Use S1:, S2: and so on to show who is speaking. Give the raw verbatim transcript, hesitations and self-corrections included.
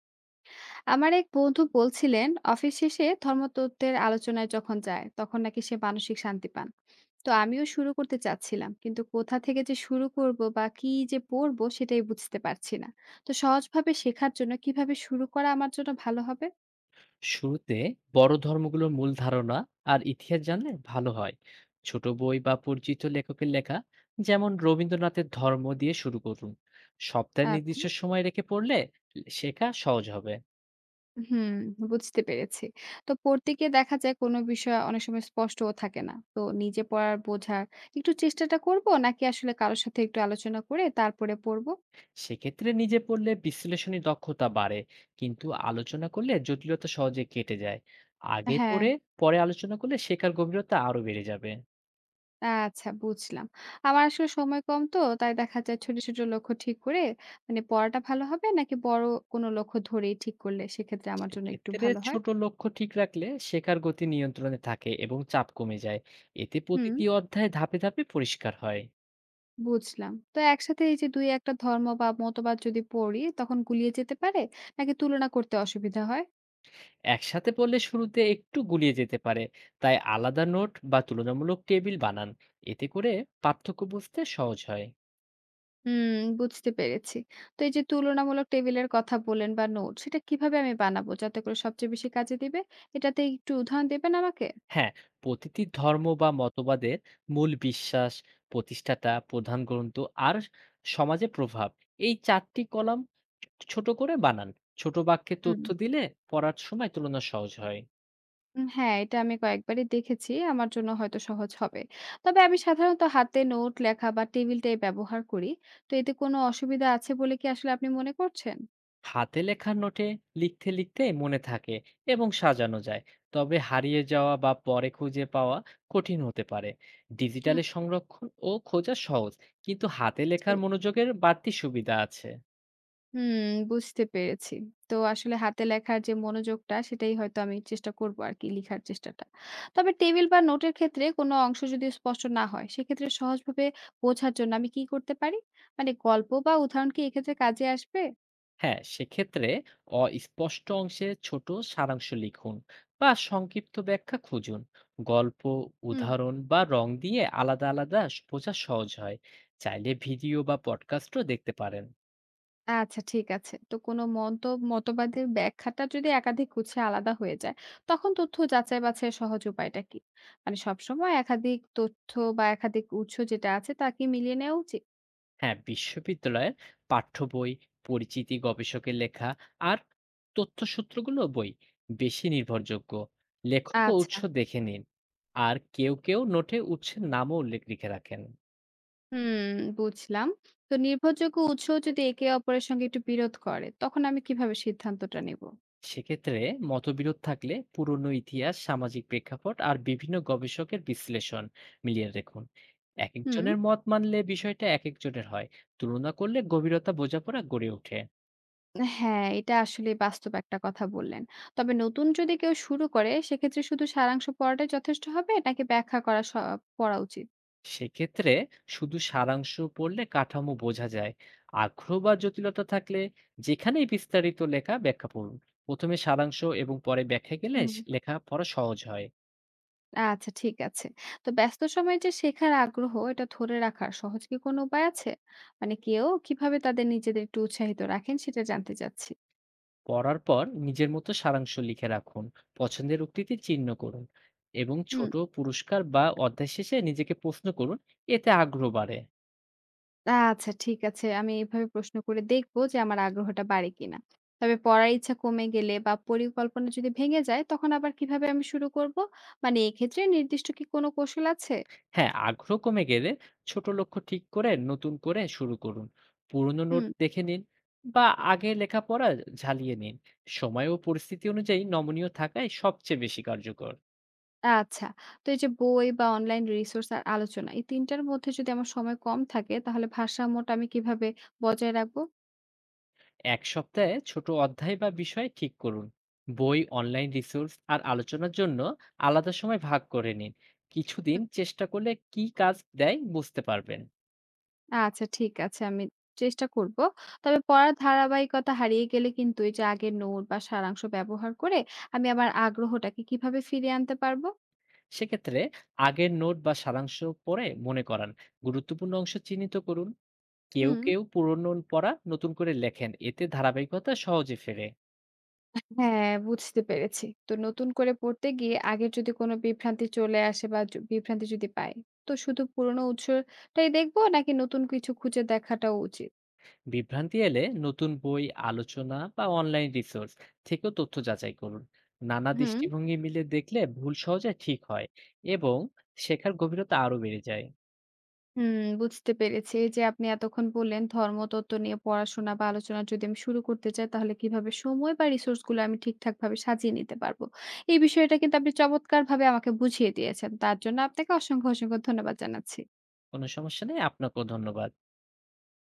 S1: আমার এক বন্ধু বলছিলেন অফিস শেষে ধর্মতত্ত্বের আলোচনায় যখন যায় তখন নাকি সে মানসিক শান্তি পান। তো আমিও শুরু করতে চাচ্ছিলাম, কিন্তু কোথা থেকে যে শুরু করব বা কি যে পড়বো সেটাই বুঝতে পারছি না। তো সহজভাবে শেখার জন্য কিভাবে শুরু করা আমার জন্য ভালো হবে?
S2: শুরুতে বড় ধর্মগুলোর মূল ধারণা আর ইতিহাস জানলে ভালো হয়। ছোট বই বা পরিচিত লেখকের লেখা, যেমন রবীন্দ্রনাথের ধর্ম দিয়ে শুরু করুন। সপ্তাহে নির্দিষ্ট
S1: আচ্ছা।
S2: সময় রেখে পড়লে শেখা সহজ হবে।
S1: হুম, বুঝতে পেরেছি। তো পড়তে গিয়ে দেখা যায় কোনো বিষয় অনেক সময় স্পষ্টও থাকে না, তো নিজে পড়ার বোঝার একটু চেষ্টাটা করব নাকি আসলে কারোর সাথে একটু আলোচনা করে তারপরে পড়বো?
S2: সেক্ষেত্রে নিজে পড়লে বিশ্লেষণী দক্ষতা বাড়ে, কিন্তু আলোচনা করলে জটিলতা সহজে কেটে যায়। আগে
S1: হ্যাঁ।
S2: পড়ে পরে আলোচনা করলে শেখার গভীরতা আরো বেড়ে যাবে।
S1: আচ্ছা, বুঝলাম। আমার আসলে সময় কম, তো তাই দেখা যায় ছোট, ছোট লক্ষ্য ঠিক করে মানে পড়াটা ভালো হবে নাকি বড় কোনো লক্ষ্য ধরেই ঠিক করলে সেক্ষেত্রে আমার জন্য একটু
S2: সেক্ষেত্রে
S1: ভালো হয়?
S2: ছোট লক্ষ্য ঠিক রাখলে শেখার গতি নিয়ন্ত্রণে থাকে এবং চাপ কমে যায়। এতে
S1: হুম,
S2: প্রতিটি অধ্যায় ধাপে ধাপে পরিষ্কার হয়।
S1: বুঝলাম। তো একসাথে এই যে দুই এক টা টা ধর্ম বা মতবাদ যদি পড়ি তখন গুলিয়ে যেতে পারে নাকি তুলনা করতে অসুবিধা হয়?
S2: একসাথে পড়লে শুরুতে একটু গুলিয়ে যেতে পারে, তাই আলাদা নোট বা তুলনামূলক টেবিল বানান। এতে করে পার্থক্য বুঝতে সহজ হয়।
S1: হুম, বুঝতে পেরেছি। তো এই যে তুলনামূলক টেবিলের কথা বললেন বা নোট, সেটা কিভাবে আমি বানাবো যাতে করে সবচেয়ে বেশি কাজে দিবে? এটাতে একটু উদাহরণ দেবেন আমাকে?
S2: হ্যাঁ, প্রতিটি ধর্ম বা মতবাদের মূল বিশ্বাস, প্রতিষ্ঠাতা, প্রধান গ্রন্থ আর সমাজে প্রভাব এই চারটি কলাম ছোট করে বানান। ছোট বাক্যে
S1: হুম।
S2: তথ্য দিলে পড়ার সময় তুলনা সহজ হয়।
S1: উম হ্যাঁ, এটা আমি কয়েকবারই দেখেছি। আমার জন্য হয়তো সহজ হবে। তবে আমি সাধারণত হাতে নোট লেখা বা টেবিলটাই ব্যবহার করি। তো এতে কোনো অসুবিধা আছে বলে কি আসলে আপনি মনে করছেন?
S2: হাতে লেখা নোটে লিখতে লিখতে মনে থাকে এবং সাজানো যায়, তবে হারিয়ে যাওয়া বা পরে খুঁজে পাওয়া কঠিন হতে পারে।
S1: হুম,
S2: ডিজিটালে সংরক্ষণ ও খোঁজা সহজ, কিন্তু হাতে
S1: জি।
S2: লেখার মনোযোগের বাড়তি সুবিধা আছে।
S1: হুম, বুঝতে পেরেছি। তো আসলে হাতে লেখার যে মনোযোগটা সেটাই হয়তো আমি চেষ্টা করব আরকি লিখার চেষ্টাটা। তবে টেবিল বা নোটের ক্ষেত্রে কোনো অংশ যদি স্পষ্ট না হয়, সেক্ষেত্রে সহজভাবে বোঝার জন্য আমি কি করতে পারি? মানে গল্প বা উদাহরণ কি এক্ষেত্রে কাজে আসবে?
S2: হ্যাঁ, সেক্ষেত্রে অস্পষ্ট অংশে ছোট সারাংশ লিখুন বা সংক্ষিপ্ত ব্যাখ্যা খুঁজুন। গল্প,
S1: হুম।
S2: উদাহরণ বা রং দিয়ে আলাদা আলাদা বোঝা সহজ হয়। চাইলে ভিডিও বা পডকাস্টও দেখতে পারেন।
S1: আচ্ছা, ঠিক আছে। তো কোনো মত মতবাদের ব্যাখ্যাটা যদি একাধিক উৎসে আলাদা হয়ে যায়, তখন তথ্য যাচাই বাছাইয়ের সহজ উপায়টা কি? মানে সবসময় একাধিক তথ্য বা একাধিক উৎস যেটা আছে তা কি মিলিয়ে নেওয়া উচিত?
S2: হ্যাঁ, বিশ্ববিদ্যালয়ের পাঠ্য বই, পরিচিতি গবেষকের লেখা আর তথ্যসূত্রগুলো বই বেশি নির্ভরযোগ্য। লেখক ও
S1: আচ্ছা।
S2: উৎস দেখে নিন। আর কেউ কেউ নোটে উৎসের নামও উল্লেখ লিখে রাখেন।
S1: হুম, বুঝলাম। তো নির্ভরযোগ্য উৎস যদি একে অপরের সঙ্গে একটু বিরোধ করে, তখন আমি কিভাবে সিদ্ধান্তটা নেব?
S2: সেক্ষেত্রে মতবিরোধ থাকলে পুরনো ইতিহাস, সামাজিক প্রেক্ষাপট আর বিভিন্ন গবেষকের বিশ্লেষণ মিলিয়ে দেখুন। এক
S1: হুম।
S2: একজনের মত মানলে বিষয়টা এক একজনের হয়। তুলনা করলে গভীরতা বোঝাপড়া গড়ে ওঠে।
S1: হ্যাঁ, এটা আসলে বাস্তব একটা কথা বললেন। তবে নতুন যদি কেউ শুরু করে, সেক্ষেত্রে শুধু সারাংশ পড়াটাই যথেষ্ট হবে নাকি ব্যাখ্যা করা স পড়া উচিত?
S2: সেক্ষেত্রে শুধু সারাংশ পড়লে কাঠামো বোঝা যায়। আগ্রহ বা জটিলতা থাকলে যেখানেই বিস্তারিত লেখা ব্যাখ্যা পড়ুন। প্রথমে সারাংশ এবং পরে ব্যাখ্যা গেলে
S1: হুম।
S2: স- লেখা পড়া সহজ হয়।
S1: আচ্ছা, ঠিক আছে। তো ব্যস্ত সময়ে যে শেখার আগ্রহ এটা ধরে রাখার সহজ কি কোনো উপায় আছে? মানে কেউ কিভাবে তাদের নিজেদের একটু উৎসাহিত রাখেন সেটা জানতে চাচ্ছি।
S2: পড়ার পর নিজের মতো সারাংশ লিখে রাখুন, পছন্দের উক্তিতে চিহ্ন করুন এবং
S1: হুম,
S2: ছোট পুরস্কার বা অধ্যায় শেষে নিজেকে প্রশ্ন করুন। এতে আগ্রহ বাড়ে।
S1: আচ্ছা, ঠিক আছে। আমি এভাবে প্রশ্ন করে দেখব যে আমার আগ্রহটা বাড়ে কিনা। তবে পড়ার ইচ্ছা কমে গেলে বা পরিকল্পনা যদি ভেঙে যায় তখন আবার কিভাবে আমি শুরু করব? মানে এক্ষেত্রে নির্দিষ্ট কি কোনো কৌশল আছে?
S2: হ্যাঁ, আগ্রহ কমে গেলে ছোট লক্ষ্য ঠিক করে নতুন করে শুরু করুন। পুরনো নোট
S1: হুম,
S2: দেখে নিন বা আগে লেখাপড়া ঝালিয়ে নিন। সময় ও পরিস্থিতি অনুযায়ী নমনীয় থাকাই সবচেয়ে বেশি কার্যকর।
S1: আচ্ছা। তো এই যে বই বা অনলাইন রিসোর্স আর আলোচনা, এই তিন টার মধ্যে যদি আমার সময় কম থাকে তাহলে ভারসাম্যটা আমি কিভাবে বজায় রাখবো?
S2: এক সপ্তাহে ছোট অধ্যায় বা বিষয় ঠিক করুন। বই, অনলাইন রিসোর্স আর আলোচনার জন্য আলাদা সময় ভাগ করে নিন। কিছুদিন
S1: হুম,
S2: চেষ্টা করলে কি কাজ দেয় বুঝতে পারবেন।
S1: আচ্ছা, ঠিক আছে। আমি চেষ্টা করব। তবে পড়ার ধারাবাহিকতা হারিয়ে গেলে কিন্তু এই যে আগের নোট বা সারাংশ ব্যবহার করে আমি আমার আগ্রহটাকে কিভাবে ফিরিয়ে আনতে পারবো?
S2: সেক্ষেত্রে আগের নোট বা সারাংশ পড়ে মনে করান, গুরুত্বপূর্ণ অংশ চিহ্নিত করুন। কেউ
S1: হুম।
S2: কেউ পুরনো পড়া নতুন করে লেখেন, এতে ধারাবাহিকতা সহজে ফেরে।
S1: হ্যাঁ, বুঝতে পেরেছি। তো নতুন করে পড়তে গিয়ে আগের যদি কোনো বিভ্রান্তি চলে আসে বা য বিভ্রান্তি যদি পাই, তো শুধু পুরনো উৎসটাই দেখবো নাকি নতুন কিছু খুঁজে দেখাটাও উচিত?
S2: বিভ্রান্তি এলে নতুন বই, আলোচনা বা অনলাইন রিসোর্স থেকেও তথ্য যাচাই করুন। নানা
S1: হুম।
S2: দৃষ্টিভঙ্গি মিলে দেখলে ভুল সহজে ঠিক হয় এবং শেখার গভীরতা আরো বেড়ে যায়।
S1: হুম, বুঝতে পেরেছি। এই যে আপনি এতক্ষণ বললেন ধর্মতত্ত্ব নিয়ে পড়াশোনা বা আলোচনা যদি আমি শুরু করতে চাই তাহলে কিভাবে সময় বা রিসোর্স গুলো আমি ঠিকঠাকভাবে সাজিয়ে নিতে পারবো। এই বিষয়টা কিন্তু আপনি চমৎকারভাবে আমাকে বুঝিয়ে দিয়েছেন। তার জন্য আপনাকে অসংখ্য, অসংখ্য ধন্যবাদ জানাচ্ছি।
S2: কোনো সমস্যা নেই, আপনাকেও ধন্যবাদ।